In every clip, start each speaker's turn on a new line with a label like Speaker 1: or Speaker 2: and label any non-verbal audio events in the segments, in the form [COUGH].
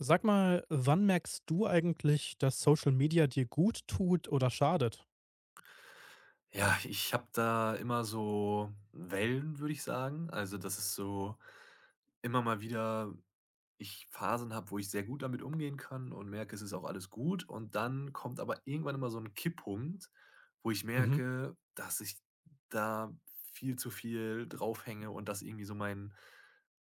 Speaker 1: Sag mal, wann merkst du eigentlich, dass Social Media dir gut tut oder schadet?
Speaker 2: Ja, ich habe da immer so Wellen, würde ich sagen. Also, das ist so immer mal wieder ich Phasen habe, wo ich sehr gut damit umgehen kann und merke, es ist auch alles gut. Und dann kommt aber irgendwann immer so ein Kipppunkt, wo ich
Speaker 1: Mhm.
Speaker 2: merke, dass ich da viel zu viel draufhänge und dass irgendwie so mein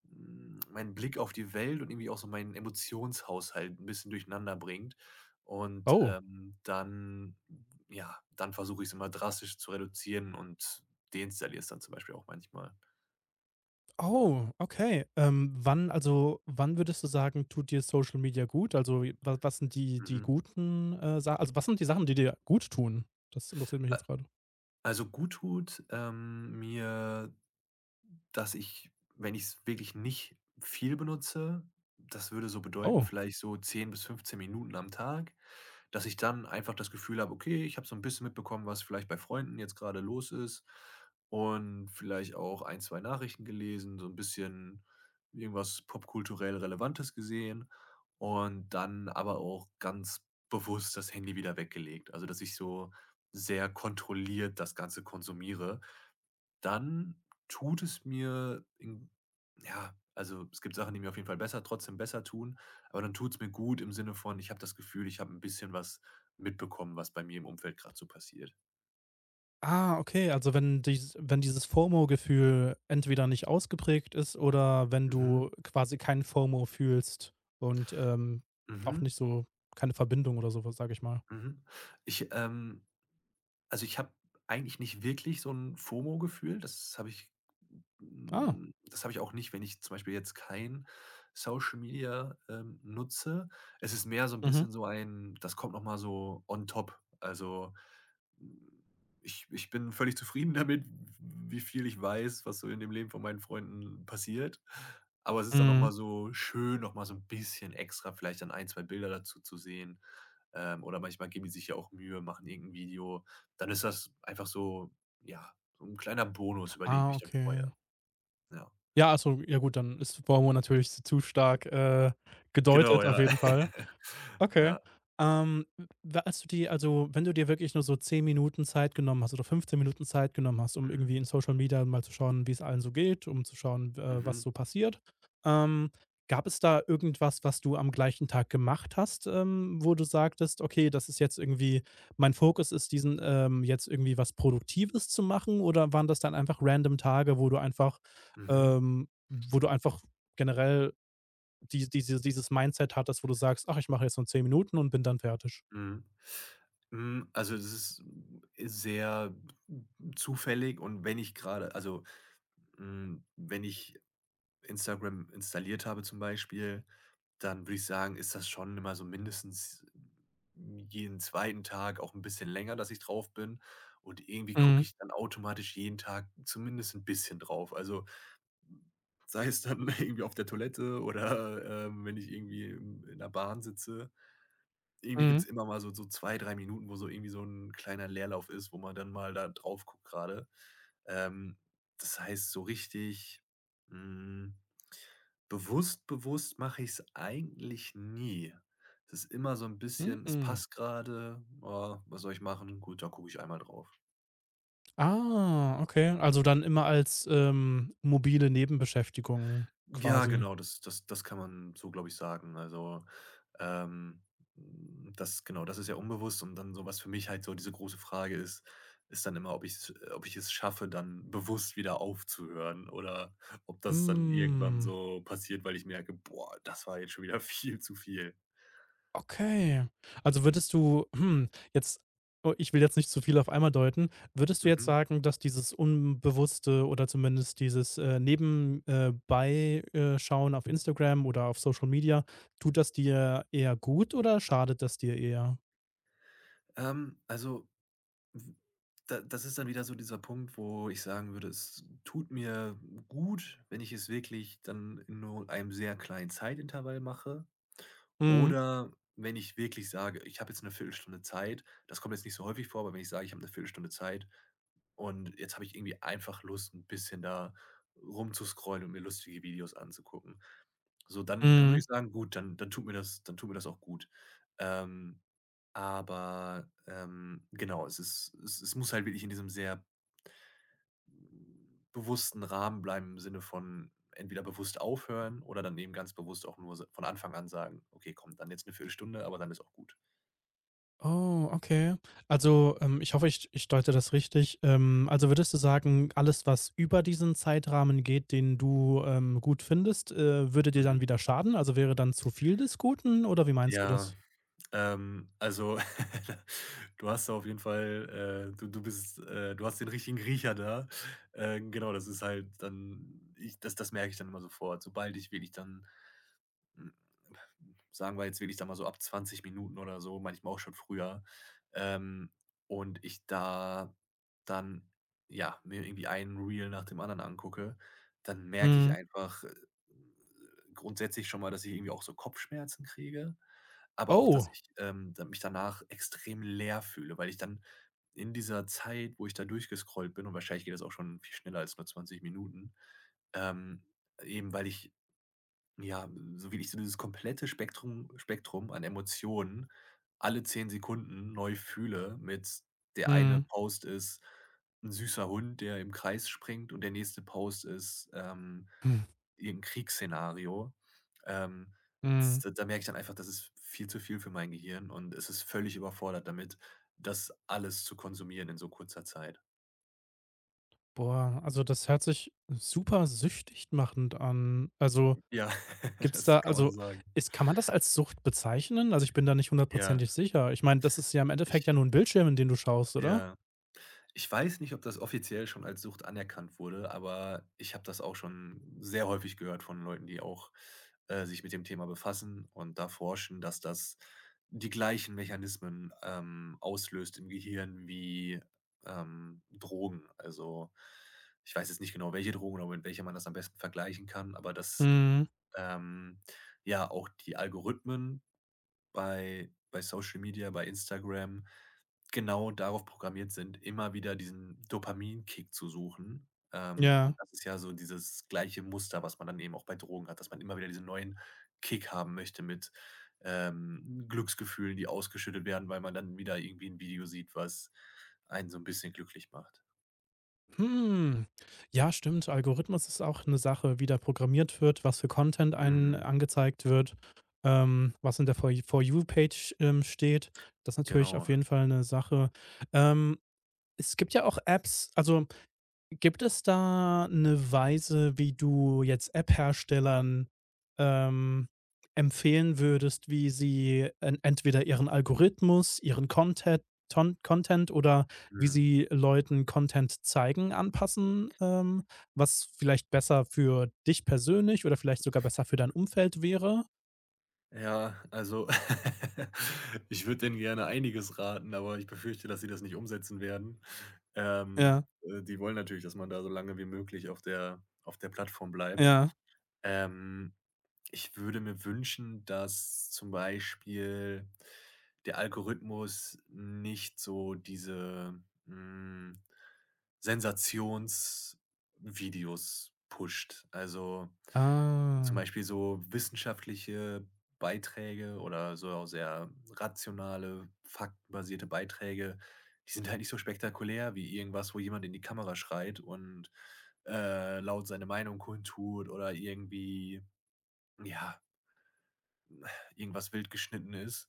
Speaker 2: meinen Blick auf die Welt und irgendwie auch so meinen Emotionshaushalt ein bisschen durcheinander bringt. Und,
Speaker 1: Oh.
Speaker 2: ähm, dann ja, dann versuche ich es immer drastisch zu reduzieren und deinstalliere es dann zum Beispiel auch manchmal.
Speaker 1: Oh, okay. Wann, wann würdest du sagen, tut dir Social Media gut? Also, was, was sind die
Speaker 2: Mhm.
Speaker 1: guten Sachen? Also, was sind die Sachen, die dir gut tun? Das interessiert mich
Speaker 2: A
Speaker 1: jetzt gerade.
Speaker 2: also, guttut mir, dass ich, wenn ich es wirklich nicht viel benutze, das würde so bedeuten,
Speaker 1: Oh.
Speaker 2: vielleicht so 10 bis 15 Minuten am Tag, dass ich dann einfach das Gefühl habe: „Okay, ich habe so ein bisschen mitbekommen, was vielleicht bei Freunden jetzt gerade los ist“, und vielleicht auch ein 2 Nachrichten gelesen, so ein bisschen irgendwas popkulturell Relevantes gesehen und dann aber auch ganz bewusst das Handy wieder weggelegt. Also, dass ich so sehr kontrolliert das Ganze konsumiere. Dann tut es mir in ja, also, es gibt Sachen, die mir auf jeden Fall besser trotzdem besser tun, aber dann tut es mir gut im Sinne von, ich habe das Gefühl, ich habe ein bisschen was mitbekommen, was bei mir im Umfeld gerade so passiert.
Speaker 1: Ah, okay. Also, wenn dieses FOMO-Gefühl entweder nicht ausgeprägt ist, oder wenn
Speaker 2: Mhm,
Speaker 1: du quasi kein FOMO fühlst und auch
Speaker 2: mhm,
Speaker 1: nicht so keine Verbindung oder sowas, sage ich mal.
Speaker 2: mhm. Ich, ähm Ich habe eigentlich nicht wirklich so ein FOMO-Gefühl. Das habe ich
Speaker 1: Ah,
Speaker 2: das habe ich auch nicht, wenn ich zum Beispiel jetzt kein Social Media, nutze. Es ist mehr so ein
Speaker 1: mhm.
Speaker 2: bisschen so ein, das kommt noch mal so on top. Also, ich bin völlig zufrieden damit, wie viel ich weiß, was so in dem Leben von meinen Freunden passiert. Aber es ist dann noch
Speaker 1: Mhm.
Speaker 2: mal so schön, noch mal so ein bisschen extra vielleicht dann ein 2 Bilder dazu zu sehen. Oder manchmal geben die sich ja auch Mühe, machen irgendein Video. Dann ist das einfach so, ja, so ein kleiner Bonus, über den ich
Speaker 1: Ah,
Speaker 2: mich dann
Speaker 1: okay.
Speaker 2: freue. Ja.
Speaker 1: Ja, also ja gut, dann ist Bormo natürlich zu stark
Speaker 2: Genau,
Speaker 1: gedeutet, auf
Speaker 2: ja.
Speaker 1: jeden Fall.
Speaker 2: [LAUGHS]
Speaker 1: Okay.
Speaker 2: Ja.
Speaker 1: Ähm, w Als du wenn du dir wirklich nur so 10 Minuten Zeit genommen hast oder 15 Minuten Zeit genommen hast, um
Speaker 2: Mhm.
Speaker 1: irgendwie in Social Media mal zu schauen, wie es allen so geht, um zu schauen, was
Speaker 2: Mhm.
Speaker 1: so passiert, ähm, gab es da irgendwas, was du am gleichen Tag gemacht hast, wo du sagtest: „Okay, das ist jetzt irgendwie mein Fokus ist, diesen jetzt irgendwie was Produktives zu machen“, oder waren das dann einfach random Tage,
Speaker 2: Mhm.
Speaker 1: ähm, wo du einfach generell dieses Mindset hattest, wo du sagst: „Ach, ich mache jetzt nur zehn Minuten und bin dann fertig.“
Speaker 2: Mhm. Also, das ist sehr zufällig, und wenn ich gerade, also, wenn ich Instagram installiert habe zum Beispiel, dann würde ich sagen, ist das schon immer so mindestens jeden zweiten Tag, auch ein bisschen länger, dass ich drauf bin und irgendwie gucke
Speaker 1: Mhm,
Speaker 2: ich dann automatisch jeden Tag zumindest ein bisschen drauf. Also, sei es dann [LAUGHS] irgendwie auf der Toilette oder, wenn ich irgendwie in der Bahn sitze. Irgendwie
Speaker 1: mhm,
Speaker 2: gibt's immer mal so 2 3 Minuten, wo so irgendwie so ein kleiner Leerlauf ist, wo man dann mal da drauf guckt gerade. Ähm, Das heißt, so richtig, hm, bewusst mache ich's eigentlich nie. Es ist immer so ein bisschen: „Es
Speaker 1: mhm.
Speaker 2: passt gerade. Ah, was soll ich machen? Gut, da gucke ich einmal drauf.“
Speaker 1: Ah, okay. Also dann immer als mobile Nebenbeschäftigung
Speaker 2: Ja,
Speaker 1: quasi.
Speaker 2: genau, das kann man so, glaube ich, sagen. Also, ähm, das genau, das ist ja unbewusst und dann so was für mich halt so diese große Frage ist, ist dann immer, ob ich es schaffe, dann bewusst wieder aufzuhören oder ob das dann irgendwann
Speaker 1: Hm,
Speaker 2: so passiert, weil ich merke: „Boah, das war jetzt schon wieder [LAUGHS] viel zu viel.“
Speaker 1: okay. Also würdest du hm, jetzt oh, ich will jetzt nicht zu viel auf einmal deuten. Würdest du jetzt
Speaker 2: Mhm.
Speaker 1: sagen, dass dieses unbewusste oder zumindest dieses, neben bei Schauen auf Instagram oder auf Social Media, tut das dir eher gut oder schadet das dir eher?
Speaker 2: Also, w Da, das ist dann wieder so dieser Punkt, wo ich sagen würde, es tut mir gut, wenn ich es wirklich dann in nur einem sehr kleinen Zeitintervall mache.
Speaker 1: Mhm,
Speaker 2: Oder wenn ich wirklich sage: „Ich habe jetzt eine Viertelstunde Zeit.“ Das kommt jetzt nicht so häufig vor, aber wenn ich sage: „Ich habe eine Viertelstunde Zeit und jetzt habe ich irgendwie einfach Lust, ein bisschen da rumzuscrollen und mir lustige Videos anzugucken.“ So, dann würde
Speaker 1: mhm.
Speaker 2: ich sagen: „Gut, dann tut mir das auch gut.“ Ähm, aber genau, es ist es es muss halt wirklich in diesem sehr bewussten Rahmen bleiben im Sinne von entweder bewusst aufhören oder dann eben ganz bewusst auch nur s von Anfang an sagen: „Okay, komm, dann jetzt eine Viertelstunde, aber dann ist auch gut.“
Speaker 1: Oh, okay. Also, ich hoffe, ich deute das richtig. Also, würdest du sagen, alles, was über diesen Zeitrahmen geht, den du, gut findest, würde dir
Speaker 2: Mhm.
Speaker 1: dann wieder schaden? Also, wäre dann zu viel des Guten, oder wie meinst du
Speaker 2: Ja,
Speaker 1: das?
Speaker 2: also, [LAUGHS] du hast da auf jeden Fall, du bist, du hast den richtigen Riecher da. Genau, das ist halt dann ich das das merke ich dann immer sofort, sobald ich wirklich dann, hm sagen wir jetzt wirklich da mal so ab 20 Minuten oder so, manchmal auch schon früher. Ähm, und ich da dann, ja, mir irgendwie einen Reel nach dem anderen angucke, dann merke ich
Speaker 1: Mhm.
Speaker 2: einfach grundsätzlich schon mal, dass ich irgendwie auch so Kopfschmerzen kriege, aber auch, dass
Speaker 1: Oh.
Speaker 2: ich da mich danach extrem leer fühle, weil ich dann in dieser Zeit, wo ich da durchgescrollt bin, und wahrscheinlich geht das auch schon viel schneller als nur 20 Minuten, ähm, eben weil ich ja, so wirklich so dieses komplette Spektrum an Emotionen alle 10 Sekunden neu fühle, mit der eine
Speaker 1: Mhm.
Speaker 2: Post ist ein süßer Hund, der im Kreis springt, und der nächste Post ist,
Speaker 1: Hm,
Speaker 2: irgend Kriegsszenario. Ähm, das
Speaker 1: mhm.
Speaker 2: da da merke ich dann einfach, das ist viel zu viel für mein Gehirn und es ist völlig überfordert damit, das alles zu konsumieren in so kurzer Zeit.
Speaker 1: Boah, also, das hört sich super süchtig machend an. Also,
Speaker 2: Ja, [LAUGHS]
Speaker 1: gibt's
Speaker 2: das
Speaker 1: da
Speaker 2: kann man so
Speaker 1: also,
Speaker 2: sagen.
Speaker 1: ist, kann man das als Sucht bezeichnen? Also, ich bin da nicht
Speaker 2: Ja,
Speaker 1: hundertprozentig sicher. Ich meine, das ist ja im
Speaker 2: ich
Speaker 1: Endeffekt ja nur ein Bildschirm, in den du schaust, oder?
Speaker 2: ja. Ich weiß nicht, ob das offiziell schon als Sucht anerkannt wurde, aber ich habe das auch schon sehr häufig gehört von Leuten, die auch, sich mit dem Thema befassen und da forschen, dass das die gleichen Mechanismen, auslöst im Gehirn wie, Drogen. Also, ich weiß jetzt nicht genau, welche Drogen oder mit welcher man das am besten vergleichen kann, aber dass,
Speaker 1: Mhm.
Speaker 2: ähm, ja, auch die Algorithmen bei Social Media, bei Instagram genau darauf programmiert sind, immer wieder diesen Dopaminkick zu suchen.
Speaker 1: Ja.
Speaker 2: Und das ist ja so dieses gleiche Muster, was man dann eben auch bei Drogen hat, dass man immer wieder diesen neuen Kick haben möchte mit Glücksgefühlen, die ausgeschüttet werden, weil man dann wieder irgendwie ein Video sieht, was einen so ein bisschen glücklich macht.
Speaker 1: Hm. Ja, stimmt. Algorithmus ist auch eine Sache, wie da programmiert wird, was für Content einen
Speaker 2: Mhm,
Speaker 1: angezeigt wird, was in der For For You Page, steht. Das ist natürlich auf
Speaker 2: genau.
Speaker 1: jeden Fall eine Sache. Ähm, es gibt ja auch Apps also gibt es da eine Weise, wie du jetzt App-Herstellern, ähm, empfehlen würdest, wie sie en entweder ihren Algorithmus, ihren Content oder wie
Speaker 2: Mhm.
Speaker 1: sie Leuten Content zeigen, anpassen, was vielleicht besser für dich persönlich oder vielleicht sogar besser für dein Umfeld wäre?
Speaker 2: Ja, also [LAUGHS] ich würde denen gerne einiges raten, aber ich befürchte, dass sie das nicht umsetzen werden.
Speaker 1: Ja,
Speaker 2: Die wollen natürlich, dass man da so lange wie möglich auf der Plattform bleibt.
Speaker 1: ja.
Speaker 2: Ähm, Ich würde mir wünschen, dass zum Beispiel der Algorithmus nicht so diese, hm, Sensationsvideos pusht. Also zum
Speaker 1: Ah.
Speaker 2: Beispiel so wissenschaftliche Beiträge oder so auch sehr rationale, faktenbasierte Beiträge, die sind halt nicht so spektakulär wie irgendwas, wo jemand in die Kamera schreit und, laut seine Meinung kundtut oder irgendwie, ja, irgendwas wild geschnitten ist.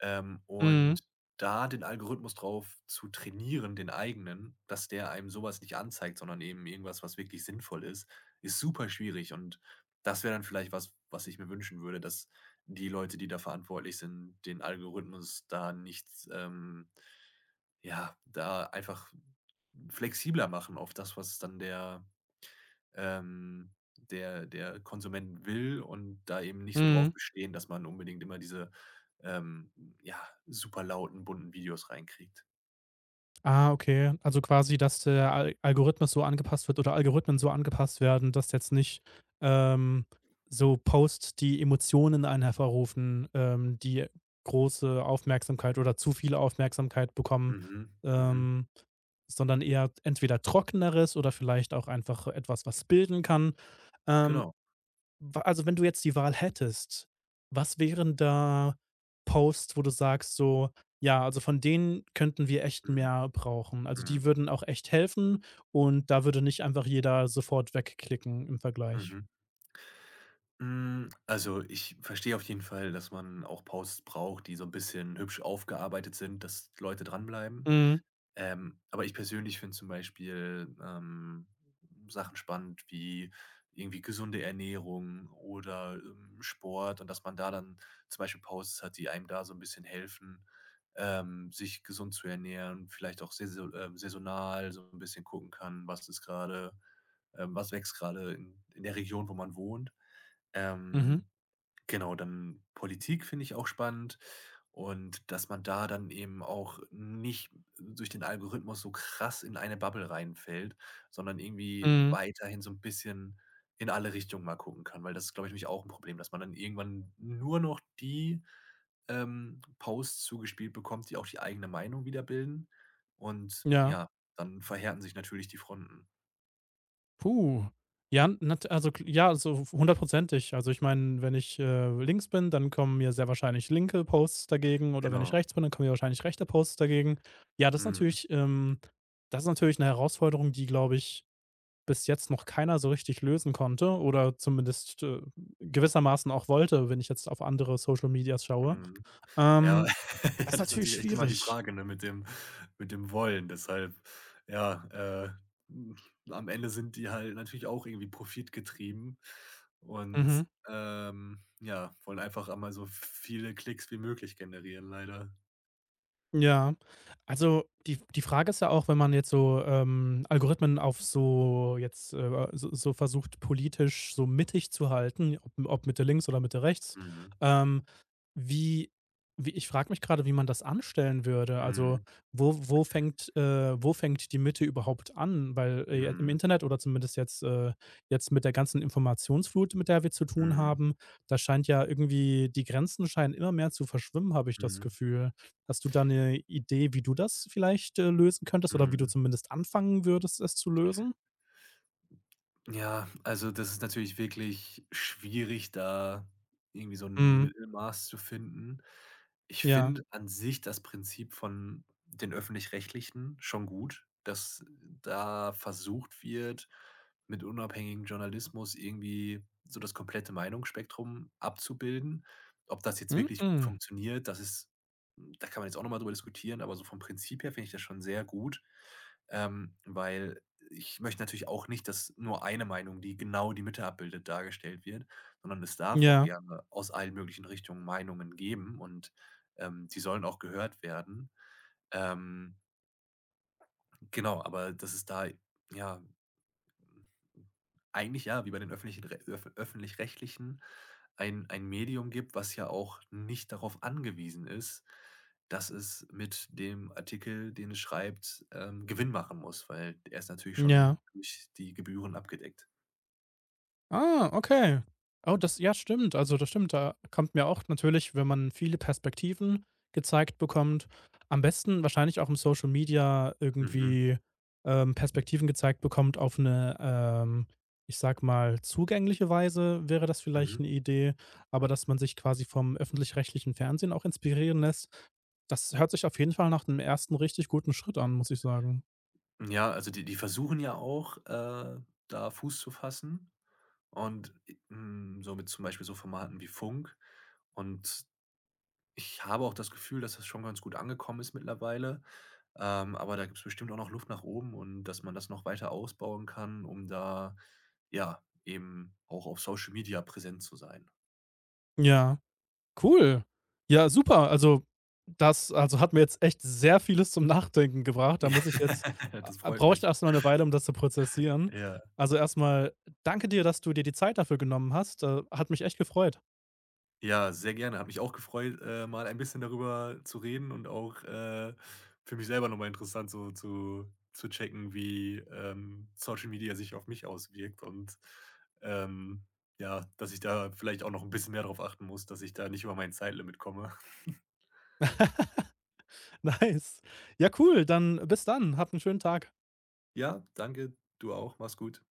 Speaker 2: Und
Speaker 1: Mhm,
Speaker 2: da den Algorithmus drauf zu trainieren, den eigenen, dass der einem sowas nicht anzeigt, sondern eben irgendwas, was wirklich sinnvoll ist, ist super schwierig. Und das wäre dann vielleicht was, was ich mir wünschen würde, dass die Leute, die da verantwortlich sind, den Algorithmus da nicht, ja, da einfach flexibler machen auf das, was dann der, ähm der Konsument will und da eben nicht so
Speaker 1: mhm.
Speaker 2: drauf bestehen, dass man unbedingt immer diese ähm, ja, super lauten, bunten Videos reinkriegt.
Speaker 1: Ah, okay. Also quasi, dass der Al Algorithmus so angepasst wird oder Algorithmen so angepasst werden, dass jetzt nicht, ähm, so Posts, die Emotionen in einen hervorrufen, die große Aufmerksamkeit oder zu viel Aufmerksamkeit bekommen,
Speaker 2: Mhm, mhm,
Speaker 1: ähm, sondern eher entweder Trockeneres oder vielleicht auch einfach etwas, was bilden kann. Ähm,
Speaker 2: genau.
Speaker 1: Wenn du jetzt die Wahl hättest, was wären da Posts, wo du sagst so: „Ja, also von denen könnten wir echt
Speaker 2: Mhm,
Speaker 1: mehr brauchen.“ Also, die
Speaker 2: mhm,
Speaker 1: würden auch echt helfen und da würde nicht einfach jeder sofort wegklicken im Vergleich.
Speaker 2: mhm. Also, ich verstehe auf jeden Fall, dass man auch Posts braucht, die so ein bisschen hübsch aufgearbeitet sind, dass Leute dranbleiben.
Speaker 1: Mhm.
Speaker 2: Aber ich persönlich finde zum Beispiel, Sachen spannend wie irgendwie gesunde Ernährung oder, Sport, und dass man da dann zum Beispiel Posts hat, die einem da so ein bisschen helfen, sich gesund zu ernähren, vielleicht auch saisonal so ein bisschen gucken kann, was ist gerade, was wächst gerade in der Region, wo man wohnt.
Speaker 1: Mhm.
Speaker 2: Ähm Genau, dann Politik finde ich auch spannend, und dass man da dann eben auch nicht durch den Algorithmus so krass in eine Bubble reinfällt, sondern irgendwie
Speaker 1: Mhm.
Speaker 2: weiterhin so 'n bisschen in alle Richtungen mal gucken kann, weil das ist, glaube ich, nämlich auch 'n Problem, dass man dann irgendwann nur noch die, Posts zugespielt bekommt, die auch die eigene Meinung wiederbilden und
Speaker 1: Ja.
Speaker 2: ja, dann verhärten sich natürlich die Fronten.
Speaker 1: Puh. Ja, nat also k ja, so hundertprozentig. Also, ich meine, wenn ich, links bin, dann kommen mir sehr wahrscheinlich linke Posts dagegen, oder wenn ich
Speaker 2: Genau.
Speaker 1: rechts bin, dann kommen mir wahrscheinlich rechte Posts dagegen. Ja,
Speaker 2: Mhm.
Speaker 1: das ist natürlich eine Herausforderung, die, glaube ich, bis jetzt noch keiner so richtig lösen konnte, oder zumindest, gewissermaßen auch wollte, wenn ich jetzt auf andere Social Medias schaue.
Speaker 2: Mhm. Ja,
Speaker 1: Ähm,
Speaker 2: [LAUGHS]
Speaker 1: das ist
Speaker 2: das ist
Speaker 1: natürlich
Speaker 2: natürlich echt immer die
Speaker 1: schwierig.
Speaker 2: Frage, ne, mit dem Wollen. Deshalb, ja, hm, am Ende sind die halt natürlich auch irgendwie profitgetrieben und,
Speaker 1: Mhm.
Speaker 2: ja, wollen einfach einmal so viele Klicks wie möglich generieren leider.
Speaker 1: Ja, also die Frage ist ja auch, wenn man jetzt so, Algorithmen auf so jetzt, so versucht, politisch so mittig zu halten, ob Mitte links oder Mitte rechts,
Speaker 2: Mhm.
Speaker 1: ähm wie wie, ich frage mich gerade, wie man das anstellen würde. Also,
Speaker 2: Mhm.
Speaker 1: wo fängt die Mitte überhaupt an? Weil, ja, im
Speaker 2: Mhm.
Speaker 1: Internet oder zumindest jetzt jetzt mit der ganzen Informationsflut, mit der wir zu tun
Speaker 2: Mhm.
Speaker 1: haben, da scheint ja irgendwie die Grenzen scheinen immer mehr zu verschwimmen, habe ich das
Speaker 2: Mhm.
Speaker 1: Gefühl. Hast du da eine Idee, wie du das vielleicht, lösen könntest oder wie du
Speaker 2: Mhm.
Speaker 1: zumindest anfangen würdest, es zu lösen?
Speaker 2: Ja, also das ist natürlich wirklich schwierig, da irgendwie so ein
Speaker 1: Mhm.
Speaker 2: Mittelmaß zu finden. Ich
Speaker 1: Ja.
Speaker 2: finde an sich das Prinzip von den Öffentlich-Rechtlichen schon gut, dass da versucht wird, mit unabhängigem Journalismus irgendwie so das komplette Meinungsspektrum abzubilden. Ob das jetzt wirklich gut
Speaker 1: Mhm.
Speaker 2: funktioniert, das ist, da kann man jetzt auch nochmal mal drüber diskutieren, aber so vom Prinzip her finde ich das schon sehr gut, weil ich möchte natürlich auch nicht, dass nur eine Meinung, die genau die Mitte abbildet, dargestellt wird, sondern es darf auch
Speaker 1: Ja.
Speaker 2: gerne aus allen möglichen Richtungen Meinungen geben, und, die sollen auch gehört werden. Ähm, genau, aber dass es da, ja, eigentlich ja, wie bei den öffentlichen Re öff öffentlich-rechtlichen ein Medium gibt, was ja auch nicht darauf angewiesen ist, dass es mit dem Artikel, den es schreibt, Gewinn machen muss, weil er ist natürlich schon
Speaker 1: Ja.
Speaker 2: durch die Gebühren abgedeckt.
Speaker 1: Ah, okay. Oh, das, ja, stimmt. Also, das stimmt. Da kommt mir auch natürlich, wenn man viele Perspektiven gezeigt bekommt, am besten wahrscheinlich auch im Social Media
Speaker 2: Mhm.
Speaker 1: irgendwie, Perspektiven gezeigt bekommt auf eine, ich sage mal, zugängliche Weise, wäre das vielleicht
Speaker 2: Mhm.
Speaker 1: eine Idee, aber dass man sich quasi vom öffentlich-rechtlichen Fernsehen auch inspirieren lässt, das hört sich auf jeden Fall nach 'nem ersten richtig guten Schritt an, muss ich sagen.
Speaker 2: Ja, also die versuchen ja auch, da Fuß zu fassen und, so mit zum Beispiel so Formaten wie Funk. Und ich habe auch das Gefühl, dass das schon ganz gut angekommen ist mittlerweile. Aber da gibt es bestimmt auch noch Luft nach oben, und dass man das noch weiter ausbauen kann, um da, ja, eben auch auf Social Media präsent zu sein.
Speaker 1: Ja. Cool. Ja, super. Also, hat mir jetzt echt sehr vieles zum Nachdenken gebracht. Da muss ich jetzt
Speaker 2: [LAUGHS] Ja, das
Speaker 1: a
Speaker 2: freut
Speaker 1: brauche ich
Speaker 2: mich.
Speaker 1: erst mal 'ne Weile, um das zu prozessieren.
Speaker 2: Ja.
Speaker 1: Also, erst mal danke dir, dass du dir die Zeit dafür genommen hast. Hat mich echt gefreut.
Speaker 2: Ja, sehr gerne. Hat mich auch gefreut, mal ein bisschen darüber zu reden und auch, für mich selber nochmal interessant, so zu checken, wie, Social Media sich auf mich auswirkt und, ähm, ja, dass ich da vielleicht auch noch ein bisschen mehr drauf achten muss, dass ich da nicht über mein Zeitlimit komme. [LAUGHS]
Speaker 1: [LAUGHS] Nice. Ja, cool. Dann bis dann. Hab 'n schönen Tag.
Speaker 2: Ja, danke, du auch. Mach's gut.